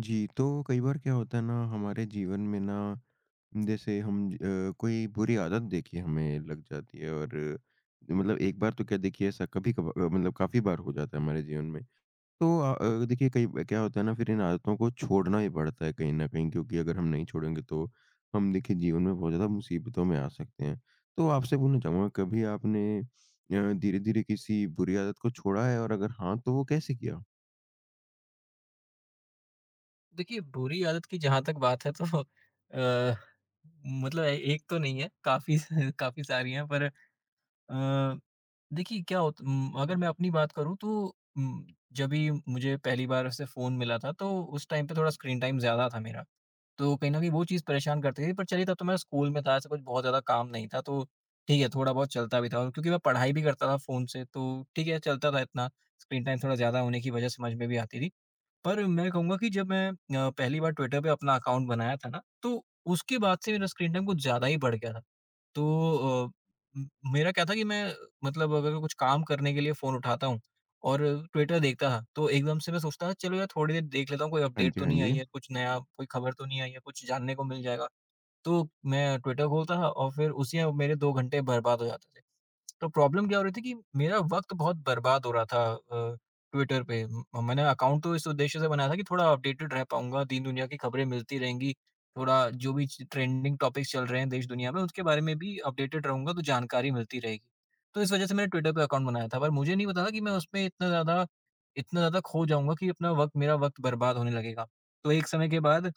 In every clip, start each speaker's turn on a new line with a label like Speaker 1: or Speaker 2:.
Speaker 1: जी, तो कई बार क्या होता है ना हमारे जीवन में ना जैसे कोई बुरी आदत देखिए हमें लग जाती है और मतलब एक बार तो क्या देखिए ऐसा मतलब काफ़ी बार हो जाता है हमारे जीवन में। तो अ देखिए कई ब क्या होता है ना फिर इन आदतों को छोड़ना ही पड़ता है कहीं न कहीं क्योंकि अगर हम नहीं छोड़ेंगे तो हम देखिए जीवन में बहुत ज़्यादा मुसीबतों में आ सकते हैं। तो आपसे पूछना चाहूँगा कभी आपने धीरे-धीरे किसी बुरी आदत को छोड़ा है और अगर हाँ, तो वो कैसे किया?
Speaker 2: देखिए, बुरी आदत की जहाँ तक बात है तो अ, मतलब ए एक तो नहीं है, काफ़ी सारी हैं, पर। अ, देखिए, अगर मैं अपनी बात करूँ तो उम, जभी मुझे पहली बार ऐसे फ़ोन मिला था, तो उस टाइम पे थोड़ा स्क्रीन टाइम ज़्यादा था मेरा। तो कहीं न कहीं वो चीज़ परेशान करती थी, पर चलिए, तब तो मैं स्कूल में था, ऐसा कुछ बहुत ज़्यादा काम नहीं था, तो ठीक है, थोड़ा बहुत चलता भी था, और क्योंकि मैं पढ़ाई भी करता था फ़ोन से, तो ठीक है, चलता था इतना, स्क्रीन टाइम थोड़ा ज़्यादा होने की वजह समझ में भी आती थी। पर मैं कहूँगा कि जब मैं पहली बार ट्विटर पे अपना अकाउंट बनाया था ना, तो उसके बाद से मेरा स्क्रीन टाइम कुछ ज़्यादा ही बढ़ गया था। तो अ म मेरा क्या था कि मैं, मतलब अगर कुछ काम करने के लिए फ़ोन उठाता हूँ और ट्विटर देखता था, तो एकदम से मैं सोचता था, चलो यार थोड़ी देर देख लेता हूँ, कोई
Speaker 1: हाँ
Speaker 2: अपडेट
Speaker 1: जी,
Speaker 2: तो
Speaker 1: हाँ
Speaker 2: नहीं
Speaker 1: जी।
Speaker 2: आई है, कुछ नया, कोई खबर तो नहीं आई है, कुछ जानने को मिल जाएगा। तो मैं ट्विटर खोलता था और फिर उसी में मेरे 2 घंटे बर्बाद हो जाते थे। तो प्रॉब्लम क्या हो रही थी कि मेरा वक़्त बहुत बर्बाद हो रहा था ट्विटर पे। म मैंने अकाउंट तो इस उद्देश्य से बनाया था कि थोड़ा अपडेटेड रह पाऊँगा, दीन-दुनिया की खबरें मिलती रहेंगी, थोड़ा जो भी च ट्रेंडिंग टॉपिक्स चल रहे हैं देश-दुनिया में, उसके बारे में भी अपडेटेड रहूँगा, तो जानकारी मिलती रहेगी। तो इस वजह से मैंने ट्विटर पे अकाउंट बनाया था, पर मुझे नहीं पता था कि मैं उसमें इतना ज़्यादा खो जाऊँगा कि अपना वक़्त मेरा वक़्त बर्बाद होने लगेगा। तो एक समय के बाद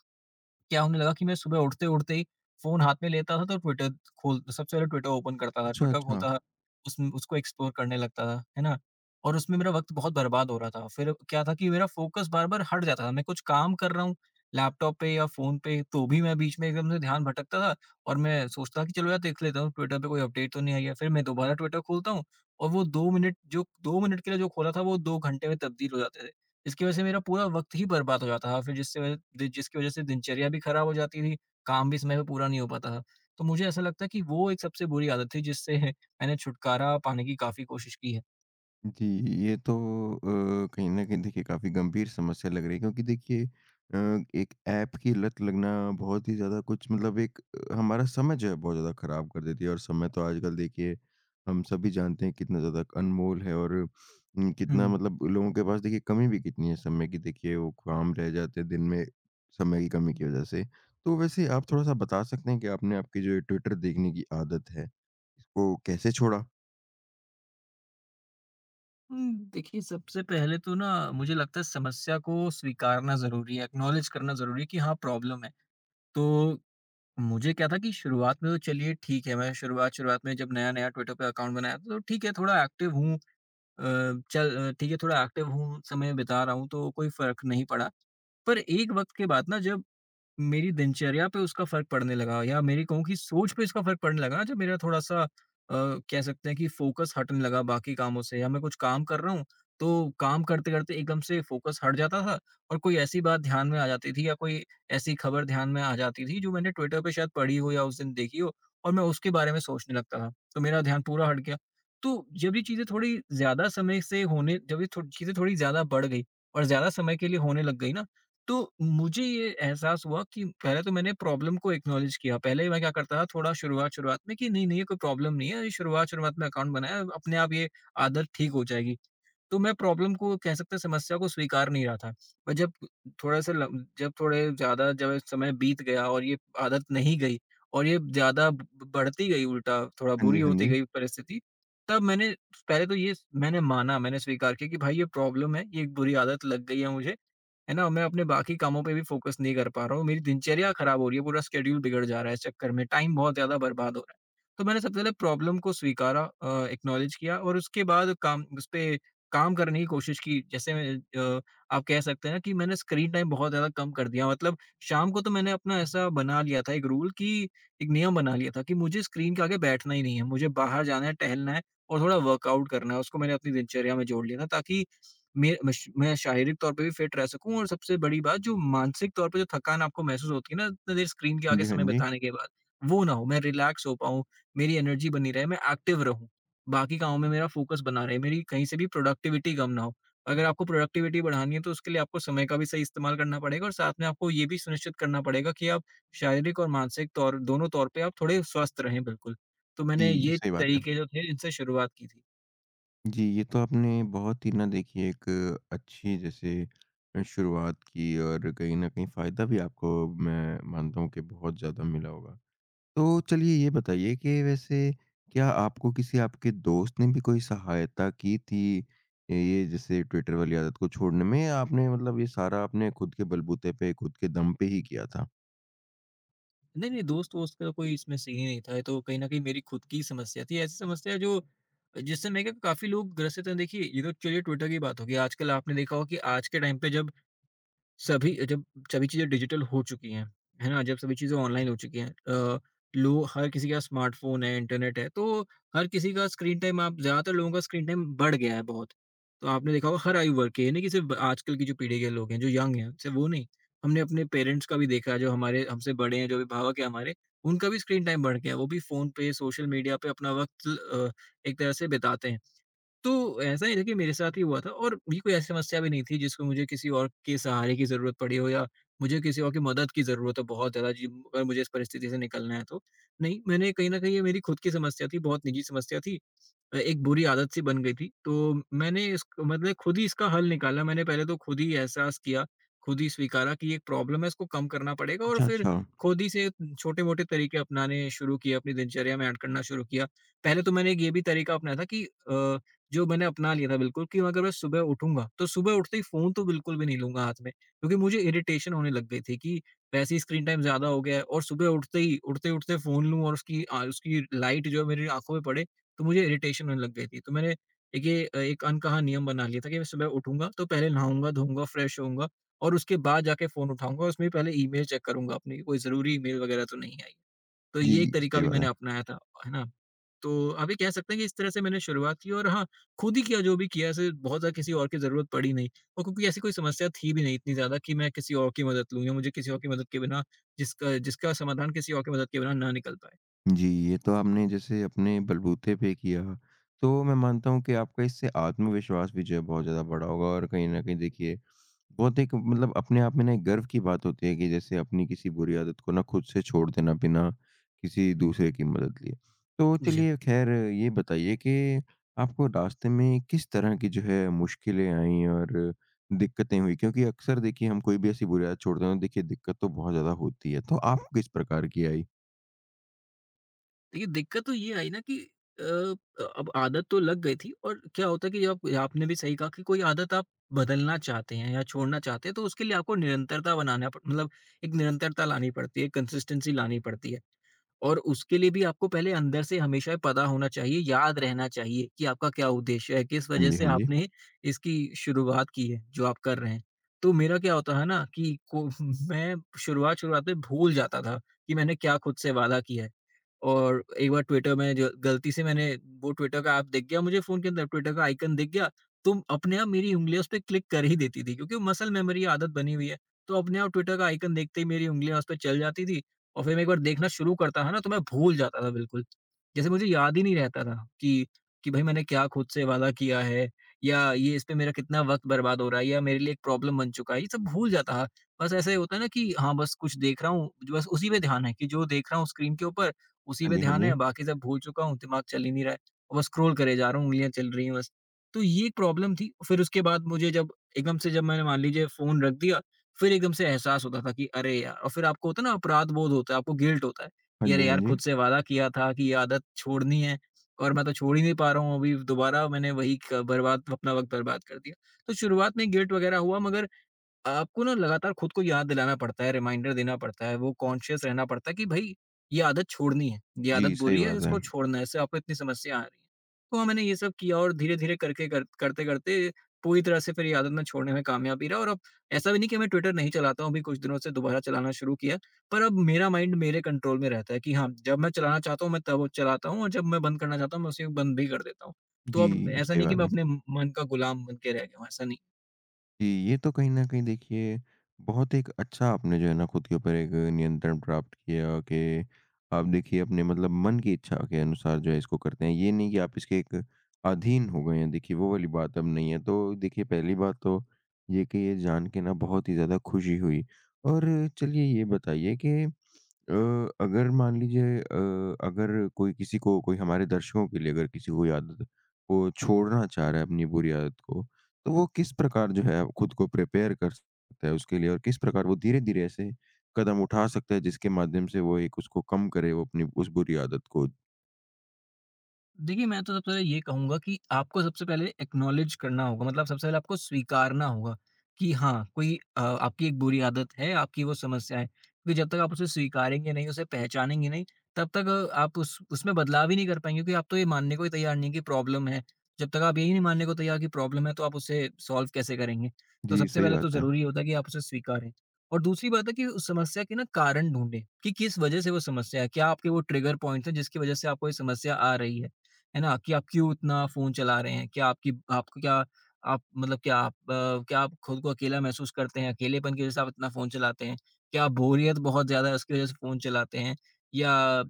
Speaker 2: क्या होने लगा कि मैं सुबह उठते-उठते ही फ़ोन हाथ में लेता था, तो ट्विटर खोल सबसे पहले ट्विटर ओपन करता था,
Speaker 1: अच्छा,
Speaker 2: ट्विटर
Speaker 1: अच्छा।
Speaker 2: खोलता था, उसमें उसको एक्सप्लोर करने लगता था, है ना? और उसमें मेरा वक़्त बहुत बर्बाद हो रहा था। फिर क्या था कि मेरा फ़ोकस बार-बार हट जाता था। मैं कुछ काम कर रहा हूँ लैपटॉप पे या फ़ोन पे, तो भी मैं बीच में एकदम से ध्यान भटकता था और मैं सोचता कि चलो यार देख लेता हूँ ट्विटर पे कोई अपडेट तो नहीं आई है। फिर मैं दोबारा ट्विटर खोलता हूँ, और वो 2 मिनट जो 2 मिनट के लिए जो खोला था, वो 2 घंटे में तब्दील हो जाते थे। इसकी वजह से मेरा पूरा वक़्त ही बर्बाद हो जाता था, फिर जिससे वजह दि जिसकी वजह से दिनचर्या भी खराब हो जाती थी, काम भी समय पे पूरा नहीं हो पाता था। तो मुझे ऐसा लगता है कि वो एक सबसे बुरी आदत थी जिससे मैंने छुटकारा पाने की काफ़ी कोशिश की है।
Speaker 1: जी, ये तो कहीं न कहीं देखिए काफ़ी गंभीर समस्या लग रही है क्योंकि देखिए एक ऐप की लत लगना बहुत ही ज़्यादा कुछ मतलब हमारा समय जो है बहुत ज़्यादा ख़राब कर देती है और समय तो आजकल देखिए हम सभी जानते हैं कितना ज़्यादा अनमोल है और
Speaker 2: हुँ।
Speaker 1: कितना मतलब लोगों के पास देखिए कमी भी कितनी है समय की देखिए वो काम रह जाते हैं दिन में समय की कमी की वज़ह से। तो वैसे आप थोड़ा-सा बता सकते हैं कि आपने आपकी जो ये ट्विटर देखने की आदत है, इसको कैसे छोड़ा?
Speaker 2: देखिए, सबसे पहले तो ना मुझे लगता है समस्या को स्वीकारना ज़रूरी है, एक्नॉलेज करना ज़रूरी है कि हाँ, प्रॉब्लम है। तो मुझे क्या था कि शुरुआत में तो चलिए ठीक है, मैं शुरुआत शुरुआत में जब नया-नया ट्विटर पे अकाउंट बनाया, तो ठीक है, थोड़ा एक्टिव हूँ, अ, ठीक है थोड़ा एक्टिव हूँ, समय बिता रहा हूँ, तो कोई फ़र्क नहीं पड़ा। पर एक वक़्त के बाद ना, जब मेरी दिनचर्या पे उसका फ़र्क पड़ने लगा, या मेरी कहूँ कि सोच पे इसका फ़र्क पड़ने लगा, जब मेरा थोड़ा-सा कह सकते हैं कि फ़ोकस हटने लगा बाकी कामों से, या मैं कुछ काम कर रहा हूँ, तो काम करते-करते एकदम से फ़ोकस हट जाता था, और कोई ऐसी बात ध्यान में आ जाती थी या कोई ऐसी खबर ध्यान में आ जाती थी जो मैंने ट्विटर पे शायद पढ़ी हो या उस दिन देखी हो, और मैं उसके बारे में सोचने लगता था, तो मेरा ध्यान पूरा हट गया। तो जब ये थो चीज़ें थोड़ी ज़्यादा बढ़ गई और ज़्यादा समय के लिए होने लग गई ना, तो मुझे ये एहसास हुआ कि पहले तो मैंने प्रॉब्लम को एक्नॉलेज किया। पहले मैं क्या करता था थोड़ा शुरुआत-शुरुआत में कि नहीं, नहीं ये कोई प्रॉब्लम नहीं है, ये शुरुआत-शुरुआत में अकाउंट बनाया, अपने आप ये आदत ठीक हो जाएगी। तो मैं प्रॉब्लम को, कह सकते हैं समस्या को, स्वीकार नहीं रहा था। पर जब थोड़ा-सा ल जब थोड़े ज़्यादा जब समय बीत गया और ये आदत नहीं गई और ये ज़्यादा ब बढ़ती गई उल्टा, थोड़ा
Speaker 1: हाँ जी,
Speaker 2: बुरी
Speaker 1: हाँ
Speaker 2: होती
Speaker 1: जी।
Speaker 2: गई परिस्थिति, तब मैंने पहले तो ये, मैंने माना, मैंने स्वीकार किया कि भाई ये प्रॉब्लम है, ये एक बुरी आदत लग गई है मुझे, है ना? मैं अपने बाकी कामों पे भी फ़ोकस नहीं कर पा रहा हूँ, मेरी दिनचर्या खराब हो रही है, पूरा शेड्यूल बिगड़ जा रहा है इस चक्कर में, टाइम बहुत ज़्यादा बर्बाद हो रहा है। तो मैंने सबसे पहले प्रॉब्लम को स्वीकारा, एक्नॉलेज किया, और उसके बाद काम उसपे काम करने की कोशिश की। जैसे मैं, अ, आप कह सकते हैं कि मैंने स्क्रीन टाइम बहुत ज़्यादा कम कर दिया। मतलब शाम को तो मैंने अपना ऐसा बना लिया था एक रूल कि एक नियम बना लिया था कि मुझे स्क्रीन के आगे बैठना ही नहीं है। मुझे बाहर जाना है, टहलना है और थोड़ा वर्कआउट करना है। उसको मैंने अपनी दिनचर्या में जोड़ लिया था ताकि मैं शारीरिक तौर पे भी फिट रह सकूँ, और सबसे बड़ी बात, जो मानसिक तौर पे जो थकान आपको महसूस होती है ना इतनी देर स्क्रीन के
Speaker 1: हाँ
Speaker 2: आगे
Speaker 1: जी, हाँ
Speaker 2: समय
Speaker 1: जी।
Speaker 2: बिताने के बाद, वो ना हो। मैं रिलैक्स हो पाऊँ, मेरी एनर्जी बनी रहे, मैं एक्टिव रहूँ। बाकी कामों में मेरा फ़ोकस बना रहे, मेरी कहीं से भी प्रोडक्टिविटी कम ना हो। अगर आपको प्रोडक्टिविटी बढ़ानी है, तो उसके लिए आपको समय का भी सही इस्तेमाल करना पड़ेगा, और साथ में आपको ये भी सुनिश्चित करना पड़ेगा कि आप शारीरिक और मानसिक तौर, दोनों तौर पे आप थोड़े स्वस्थ रहें, बिल्कुल। तो मैंने
Speaker 1: जी,
Speaker 2: ये
Speaker 1: सही बात है।
Speaker 2: तरीके जो थे, इनसे शुरुआत की थी।
Speaker 1: जी, ये तो आपने बहुत ही ना देखिए एक अच्छी जैसे शुरुआत की और कहीं न कहीं फ़ायदा भी आपको मैं मानता हूँ कि बहुत ज़्यादा मिला होगा। तो चलिए ये बताइए कि वैसे क्या आपको किसी आपके दोस्त ने भी कोई सहायता की थी, ये जैसे ट्विटर वाली आदत को छोड़ने में या आपने मतलब ये सारा आपने खुद के बलबूते पे, खुद के दम पे ही किया था?
Speaker 2: नहीं, नहीं, दोस्त-वोस्त का कोई इसमें सीन ही नहीं था, ये तो कहीं न कहीं मेरी खुद की समस्या थी। ऐसी समस्या जो जिससे मैं क्या काफ़ी लोग ग्रसित हैं। देखिए, ये तो चलिए ट्विटर की बात होगी, आजकल आपने देखा होगा कि आज के टाइम पे जब सभी चीज़ें डिजिटल हो चुकी हैं, है ना? जब सभी चीज़ें ऑनलाइन हो चुकी हैं, लो हर किसी के पास स्मार्टफ़ोन है, इंटरनेट है, तो हर किसी का स्क्रीन टाइम आप ज़्यादातर लोगों का स्क्रीन टाइम बढ़ गया है बहुत। तो आपने देखा होगा हर आयु वर्ग के, ये नहीं कि सिर्फ़ आजकल की जो पीढ़ी के लोग हैं, जो यंग हैं, सिर्फ़ वो नहीं, हमने अपने पेरेंट्स का भी देखा है, जो हमारे हमसे बड़े हैं, जो अभिभावक हैं हमारे, उनका भी स्क्रीन टाइम बढ़ गया है। वो भी फ़ोन पे, सोशल मीडिया पे अपना वक़्त अ, एक तरह से बिताते हैं। तो ऐसा ही देखिए मेरे साथ ही हुआ था, और ये कोई ऐसी समस्या भी नहीं थी जिसको मुझे किसी और के सहारे की ज़रूरत पड़ी हो, या मुझे किसी और की मदद की ज़रूरत हो बहुत ज़्यादा जी, अगर मुझे इस परिस्थिति से निकलना है तो। नहीं, मैंने कहीं न कहीं, ये मेरी खुद की समस्या थी, बहुत निजी समस्या थी। एक बुरी आदत सी बन गई थी। तो मैंने इसक मतलब खुद ही इसका हल निकाला। मैंने पहले तो खुद ही एहसास किया, खुद ही स्वीकारा कि ये एक प्रॉब्लम है, इसको कम करना पड़ेगा, और
Speaker 1: अच्छा,
Speaker 2: फिर
Speaker 1: अच्छा।
Speaker 2: खुद ही से छोटे-मोटे तरीके अपनाने शुरू किए, अपनी दिनचर्या में ऐड करना शुरू किया। पहले तो मैंने एक ये भी तरीका अपनाया था कि अ जो मैंने अपना लिया था बिल्कुल, कि अगर मैं सुबह उठूँगा, तो सुबह उठते ही फ़ोन तो बिल्कुल भी नहीं लूँगा हाथ में, क्योंकि मुझे इरिटेशन होने लग गई थी कि वैसे ही स्क्रीन टाइम ज़्यादा हो गया है, और सुबह उठते ही उठते-उठते फ़ोन लूँ और उसकी लाइट जो है मेरी आँखों में पड़े, तो मुझे इरिटेशन होने लग गई थी। तो मैंने देखिए, एक अनकहा नियम बना लिया था कि मैं सुबह उठूँगा, तो पहले नहाऊँगा, धोऊँगा, फ्रेश होऊँगा, और उसके बाद जाके फ़ोन उठाऊँगा, उसमें पहले ईमेल चेक करूँगा अपनी, कोई ज़रूरी ईमेल वगैरह तो नहीं आई। तो
Speaker 1: जी,
Speaker 2: ये एक तरीका
Speaker 1: सही
Speaker 2: भी
Speaker 1: बात
Speaker 2: मैंने
Speaker 1: है।
Speaker 2: अपनाया था, है ना? तो आप ये कह सकते हैं कि इस तरह से मैंने शुरुआत की और हाँ, खुद ही किया जो भी किया, ऐसे बहुत ज़्यादा किसी और की ज़रूरत पड़ी नहीं। और क्योंकि ऐसी कोई समस्या थी भी नहीं इतनी ज़्यादा कि मैं किसी और की मदद लूँ, या मुझे किसी और की मदद के बिना जिसका जिसका समाधान किसी और की मदद के बिना ना निकल पाए।
Speaker 1: जी, ये तो आपने जैसे अपने बलबूते पे किया। तो मैं मानता हूँ कि आपका इससे आत्मविश्वास भी जो है बहुत ज़्यादा बढ़ा होगा और कहीं न कहीं देखिए, बहुत एक मतलब अपने आप में ना एक गर्व की बात होती है कि जैसे अपनी किसी बुरी आदत को ना खुद से छोड़ देना बिना किसी दूसरे की मदद लिए। तो
Speaker 2: जी।
Speaker 1: चलिए ख़ैर ये बताइए कि आपको रास्ते में किस तरह की जो है मुश्किलें आईं और दिक्कतें हुईं? क्योंकि अक्सर देखिए हम कोई भी ऐसी बुरी आदत छोड़ते हैं तो देखिए दिक्कत तो बहुत ज़्यादा होती है। तो आपको किस प्रकार की आई?
Speaker 2: देखिए, दिक्कत तो ये आई ना कि अ, अब आदत तो लग गई थी। और क्या होता है कि आप आपने भी सही कहा कि कोई आदत आप बदलना चाहते हैं या छोड़ना चाहते हैं, तो उसके लिए आपको निरंतरता बनाना प मतलब एक निरंतरता लानी पड़ती है, कंसिस्टेंसी लानी पड़ती है। और उसके लिए भी आपको पहले अंदर से हमेशा पता होना चाहिए, याद रहना चाहिए कि आपका क्या उद्देश्य है, किस
Speaker 1: हाँ
Speaker 2: वजह
Speaker 1: जी,
Speaker 2: से
Speaker 1: हाँ जी।
Speaker 2: आपने इसकी शुरुआत की है, जो आप कर रहे हैं। तो मेरा क्या होता है ना कि को मैं शुरुआत-शुरुआत में भूल जाता था कि मैंने क्या खुद से वादा किया है। और एक बार ट्विटर में जो गलती से मैंने, वो ट्विटर का ऐप दिख गया मुझे फ़ोन के अंदर, ट्विटर का आइकन दिख गया, तो अपने आप मेरी उँगलियाँ उस पे क्लिक कर ही देती थी क्योंकि मसल मेमोरी आदत बनी हुई है। तो अपने आप ट्विटर का आइकन देखते ही मेरी उँगलियाँ उस पे चल जाती थी, और फिर मैं एक बार देखना शुरू करता था ना, तो मैं भूल जाता था बिल्कुल। जैसे मुझे याद ही नहीं रहता था कि भई मैंने क्या खुद से वादा किया है, या ये इसपे मेरा कितना वक़्त बर्बाद हो रहा है, या मेरे लिए एक प्रॉब्लम बन चुका है, ये सब भूल जाता था। बस ऐसे होता है ना कि हाँ, बस कुछ देख रहा हूँ, जो बस उसी पे ध्यान है कि जो देख रहा हूँ स्क्रीन के ऊपर, उसी
Speaker 1: हाँ
Speaker 2: पे
Speaker 1: जी, हाँ
Speaker 2: ध्यान
Speaker 1: जी।
Speaker 2: है, बाकी सब भूल चुका हूँ, दिमाग चल ही नहीं रहा है। और बस स्क्रॉल करे जा रहा हूँ, उँगलियाँ चल रही हैं बस। तो ये एक प्रॉब्लम थी। फिर उसके बाद मुझे जब एकदम से, जब मैंने मान लीजिए फ़ोन रख दिया, फिर एकदम से एहसास होता था कि अरे यार! और फिर आपको होता है ना, अपराध बोध होता है, आपको गिल्ट होता है
Speaker 1: हाँ
Speaker 2: कि
Speaker 1: जी,
Speaker 2: अरे
Speaker 1: हाँ
Speaker 2: यार!
Speaker 1: जी।
Speaker 2: खुद से वादा किया था कि ये आदत छोड़नी है, और मैं तो छोड़ ही नहीं पा रहा हूँ, अभी दोबारा मैंने वही क बर्बाद अपना वक़्त बर्बाद कर दिया। तो शुरुआत में गिल्ट वग़ैरह हुआ, मगर आपको ना लगातार खुद को याद दिलाना पड़ता है, रिमाइंडर देना पड़ता है, वो कॉन्शियस रहना पड़ता है कि भाई ये आदत छोड़नी है, ये आदत
Speaker 1: जी, सही
Speaker 2: बुरी है,
Speaker 1: बात है।
Speaker 2: इसको छोड़ना है, इससे आपको इतनी समस्या आ रही है। तो हाँ, मैंने ये सब किया और धीरे-धीरे करके कर करते-करते पूरी तरह से फिर ये आदत मैं छोड़ने में कामयाबी रहा, और अब ऐसा भी नहीं कि मैं ट्विटर नहीं चलाता हूँ, अभी कुछ दिनों से दोबारा चलाना शुरू किया। पर अब मेरा माइंड मेरे कंट्रोल में रहता है कि हाँ, जब मैं चलाना चाहता हूँ मैं तब चलाता हूँ, और जब मैं बंद करना चाहता हूँ मैं उसे बंद भी कर देता हूँ। तो
Speaker 1: जी,
Speaker 2: अब ऐसा
Speaker 1: सही
Speaker 2: नहीं कि
Speaker 1: बात
Speaker 2: मैं
Speaker 1: है।
Speaker 2: अपने मन का गुलाम बन के रह गया हूँ, ऐसा नहीं।
Speaker 1: जी, ये तो कहीं न कहीं देखिए बहुत एक अच्छा आपने जो है ना खुद के ऊपर एक नियंत्रण प्राप्त किया कि आप देखिए अपने मतलब मन की इच्छा के अनुसार जो है इसको करते हैं। ये नहीं कि आप इसके एक अधीन हो गए हैं, देखिए वो वाली बात अब नहीं है। तो देखिए पहली बात तो ये कि ये जान के ना बहुत ही ज़्यादा खुशी हुई। और चलिए ये बताइए कि अ, अगर मान लीजिए अगर कोई किसी को कोई हमारे दर्शकों के लिए अगर किसी कोई आदत को छोड़ना चाह रहा है अपनी बुरी आदत को, तो वो किस प्रकार जो है खुद को प्रिपेयर कर सकता है उसके लिए और किस प्रकार वो धीरे-धीरे ऐसे कदम उठा सकता है जिसके माध्यम से वो एक उसको कम करे वो अपनी उस बुरी आदत को?
Speaker 2: देखिए, मैं तो सबसे पहले ये कहूँगा कि आपको सबसे पहले एक्नॉलेज करना होगा, मतलब सबसे पहले आपको स्वीकारना होगा कि हाँ, कोई आपकी एक बुरी आदत है, आपकी वो समस्या है। क्योंकि जब तक आप उसे स्वीकारेंगे नहीं, उसे पहचानेंगे नहीं, तब तक आप उस उसमें बदलाव ही नहीं कर पाएँगे, क्योंकि आप तो ये मानने को ही तैयार नहीं है कि प्रॉब्लम है। जब तक आप यही नहीं मानने को तैयार कि प्रॉब्लम है, तो आप उसे सॉल्व कैसे करेंगे? तो
Speaker 1: जी,
Speaker 2: सबसे
Speaker 1: सही
Speaker 2: पहले तो
Speaker 1: बात है।
Speaker 2: ज़रूरी होता है कि आप उसे स्वीकारें। और दूसरी बात है कि उस समस्या के ना कारण ढूँढें कि किस वजह से वो समस्या है? क्या आपके वो ट्रिगर पॉइंट्स हैं जिसकी वजह से आपको ये समस्या आ रही है? है ना? कि आप क्यों इतना फ़ोन चला रहे हैं? क्या आपकी आपको क्या आप मतलब क्या आप खुद को अकेला महसूस करते हैं? अकेलेपन की वज़ह से आप इतना फ़ोन चलाते हैं? क्या आप बोरियत बहुत ज़्यादा है उसकी वज़ह से फ़ोन चलाते हैं? या अ,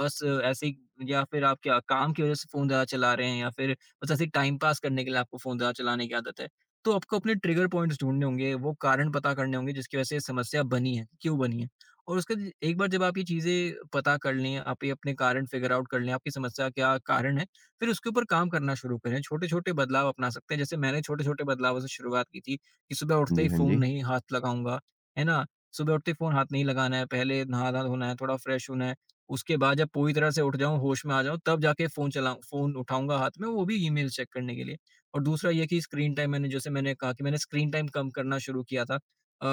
Speaker 2: बस ऐसे ही, या फिर आप क्या काम की वज़ह से फ़ोन ज़्यादा चला रहे हैं, या फिर बस ऐसे ही टाइम पास करने के लिए आपको फ़ोन ज़्यादा चलाने की आदत है? तो आपको अपने ट्रिगर पॉइंट्स ढूँढने होंगे, वो कारण पता करने होंगे जिसकी वज़ह से ये समस्या बनी है, क्यों बनी है? और उसके ज एक बार जब आप ये चीज़ें पता कर लें, आप ये अपने कारण फिगर आउट कर लें, आपकी समस्या क्या कारण है, फिर उसके ऊपर काम करना शुरू करें। छोटे-छोटे बदलाव अपना सकते हैं, जैसे मैंने छोटे-छोटे बदलावों से शुरुआत की थी कि सुबह
Speaker 1: हाँ
Speaker 2: उठते
Speaker 1: जी,
Speaker 2: ही
Speaker 1: हाँ
Speaker 2: फ़ोन
Speaker 1: जी।
Speaker 2: नहीं हाथ लगाऊँगा, है ना? सुबह उठते ही फ़ोन हाथ नहीं लगाना है, पहले नहा-धा धोना है, थोड़ा फ्रेश होना है। उसके बाद जब पूरी तरह से उठ जाऊँ, होश में आ जाऊँ, तब जाके फ़ोन चलाऊँ फ़ोन उठाऊँगा हाथ में, वो भी ईमेल चेक करने के लिए। और दूसरा ये है कि स्क्रीन टाइम मैंने जैसे मैंने कहा कि मैंने स्क्रीन टाइम कम करना शुरू किया था। अ,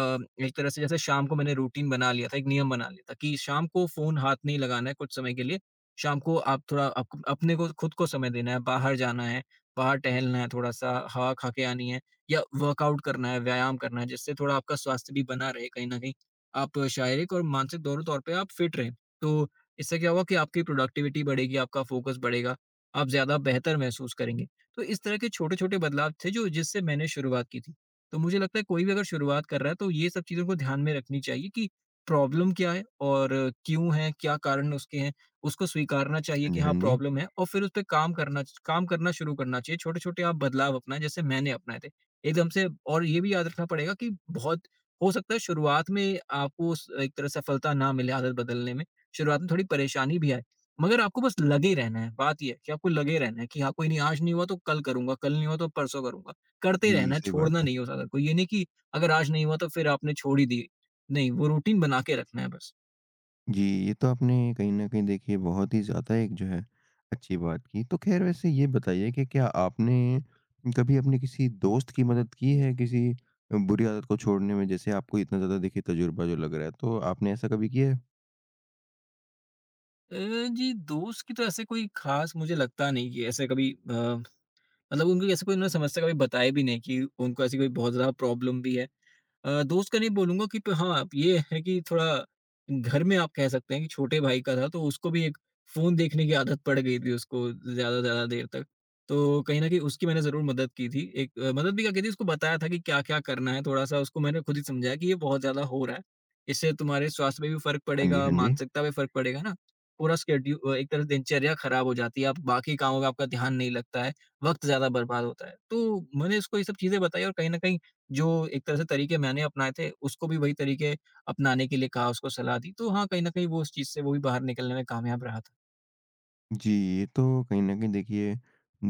Speaker 2: एक तरह से जैसे शाम को मैंने रूटीन बना लिया था, एक नियम बना लिया था कि शाम को फ़ोन हाथ नहीं लगाना है कुछ समय के लिए। शाम को आप थोड़ा, आपको अपने को खुद को समय देना है, बाहर जाना है, बाहर टहलना है, थोड़ा-सा हवा खा के आनी है, या वर्कआउट करना है, व्यायाम करना है, जिससे थोड़ा आपका स्वास्थ्य भी बना रहे कहीं न कहीं। आप शारीरिक और मानसिक दोनों तौर पे आप फिट रहें। तो इससे क्या होगा कि आपकी प्रोडक्टिविटी बढ़ेगी, आपका फ़ोकस बढ़ेगा, आप ज़्यादा बेहतर महसूस करेंगे। तो इस तरह के छोटे-छोटे बदलाव थे जो जिससे मैंने शुरुआत की थी। तो मुझे लगता है कोई भी अगर शुरुआत कर रहा है तो ये सब चीज़ों को ध्यान में रखनी चाहिए कि प्रॉब्लम क्या है और क्यों है, क्या कारण उसके हैं। उसको स्वीकारना चाहिए
Speaker 1: हाँ जी,
Speaker 2: कि
Speaker 1: हाँ
Speaker 2: हाँ,
Speaker 1: जी।
Speaker 2: प्रॉब्लम है, और फिर उस पे काम करना शुरू करना चाहिए। छोटे-छोटे आप बदलाव अपनाएँ जैसे मैंने अपनाए थे। एकदम से। और ये भी याद रखना पड़ेगा कि बहुत हो सकता है शुरुआत में आपको उस एक तरह सफलता ना मिले आदत बदलने में। शुरुआत में थोड़ी परेशानी भी आए, मगर आपको बस लगे रहना है। बात ये है कि आपको लगे रहना है कि हाँ, कोई नहीं, आज नहीं हुआ तो कल करूँगा, कल नहीं हुआ तो परसों करूँगा। करते
Speaker 1: जी,
Speaker 2: रहना है,
Speaker 1: सही बात
Speaker 2: छोड़ना
Speaker 1: है।
Speaker 2: नहीं है उस आदत को। ये नहीं कि अगर आज नहीं हुआ तो फिर आपने छोड़ ही दी, नहीं, वो रूटीन बना के रखना है बस।
Speaker 1: जी, ये तो आपने कहीं न कहीं देखिए बहुत ही ज़्यादा एक जो है अच्छी बात की। तो ख़ैर वैसे ये बताइए कि क्या आपने कभी अपने किसी दोस्त की मदद की है किसी बुरी आदत को छोड़ने में? जैसे आपको इतना ज़्यादा देखिए तजुर्बा जो लग रहा है, तो आपने ऐसा कभी किया है?
Speaker 2: अ, जी, दोस्त की तो ऐसे कोई ख़ास मुझे लगता नहीं कि ऐसे कभी मतलब उनकी ऐसे कोई, उन्होंने समस्या कभी बताई भी नहीं कि उनको ऐसी कोई बहुत ज़्यादा प्रॉब्लम भी है। दोस्त का नहीं बोलूँगा कि प हाँ, ये है कि थोड़ा घर में आप कह सकते हैं कि छोटे भाई का था, तो उसको भी एक फ़ोन देखने की आदत पड़ गई थी, उसको ज़्यादा से ज़्यादा देर तक। तो कहीं न कहीं उसकी मैंने ज़रूर मदद की थी। एक मदद भी क्या की थी, उसको बताया था कि क्या-क्या करना है, थोड़ा-सा उसको मैंने खुद ही समझाया कि ये बहुत ज़्यादा हो रहा है। इससे तुम्हारे स्वास्थ्य पे भी फ़र्क
Speaker 1: हाँ जी,
Speaker 2: पड़ेगा,
Speaker 1: हाँ जी।
Speaker 2: मानसिकता पे फ़र्क पड़ेगा ना। पूरा स्केड्यू, एक तरह से दिनचर्या खराब हो जाती है, आप बाकी कामों में आपका ध्यान नहीं लगता है, वक़्त ज़्यादा बर्बाद होता है। तो मैंने उसको ये सब चीज़ें बताई, और कहीं न कहीं जो एक तरह से तरीके मैंने अपनाए थे, उसको भी वही तरीके अपनाने के लिए कहा, उसको सलाह दी। तो हाँ, कहीं न कहीं वो उस चीज़ से वो भी बाहर निकलने में कामयाब रहा था।
Speaker 1: जी, ये तो कहीं न कहीं देखिए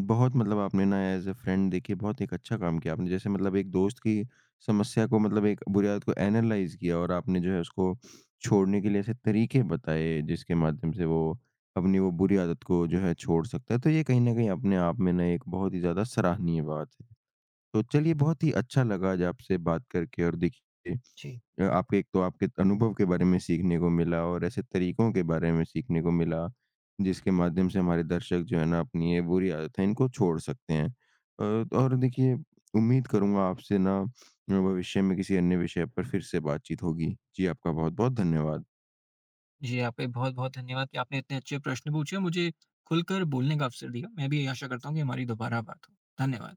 Speaker 1: बहुत मतलब आपने ना एज़ अ फ्रेंड देखिए बहुत एक अच्छा काम किया आपने। जैसे मतलब एक दोस्त की समस्या को मतलब एक बुरी आदत को एनालाइज़ किया और आपने जो है उसको छोड़ने के लिए ऐसे तरीके बताए जिसके माध्यम से वो अपनी वो बुरी आदत को जो है छोड़ सकता है। तो ये कहीं न कहीं अपने आप में ना एक बहुत ही ज़्यादा सराहनीय बात है। तो चलिए बहुत ही अच्छा लगा आज आपसे बात करके और देखिए
Speaker 2: जी।
Speaker 1: आपके एक तो आपके अनुभव के बारे में सीखने को मिला और ऐसे तरीकों के बारे में सीखने को मिला जिसके माध्यम से हमारे दर्शक जो है ना अपनी ये बुरी आदतें इनको छोड़ सकते हैं अ, और देखिए उम्मीद करूंगा आपसे ना भविष्य में किसी अन्य विषय पर फिर से बातचीत होगी। जी, आपका बहुत बहुत धन्यवाद।
Speaker 2: जी, आपका भी बहुत-बहुत धन्यवाद कि आपने इतने अच्छे प्रश्न पूछे और मुझे खुलकर बोलने का अवसर दिया। मैं भी आशा करता हूँ कि हमारी दोबारा बात हो। धन्यवाद।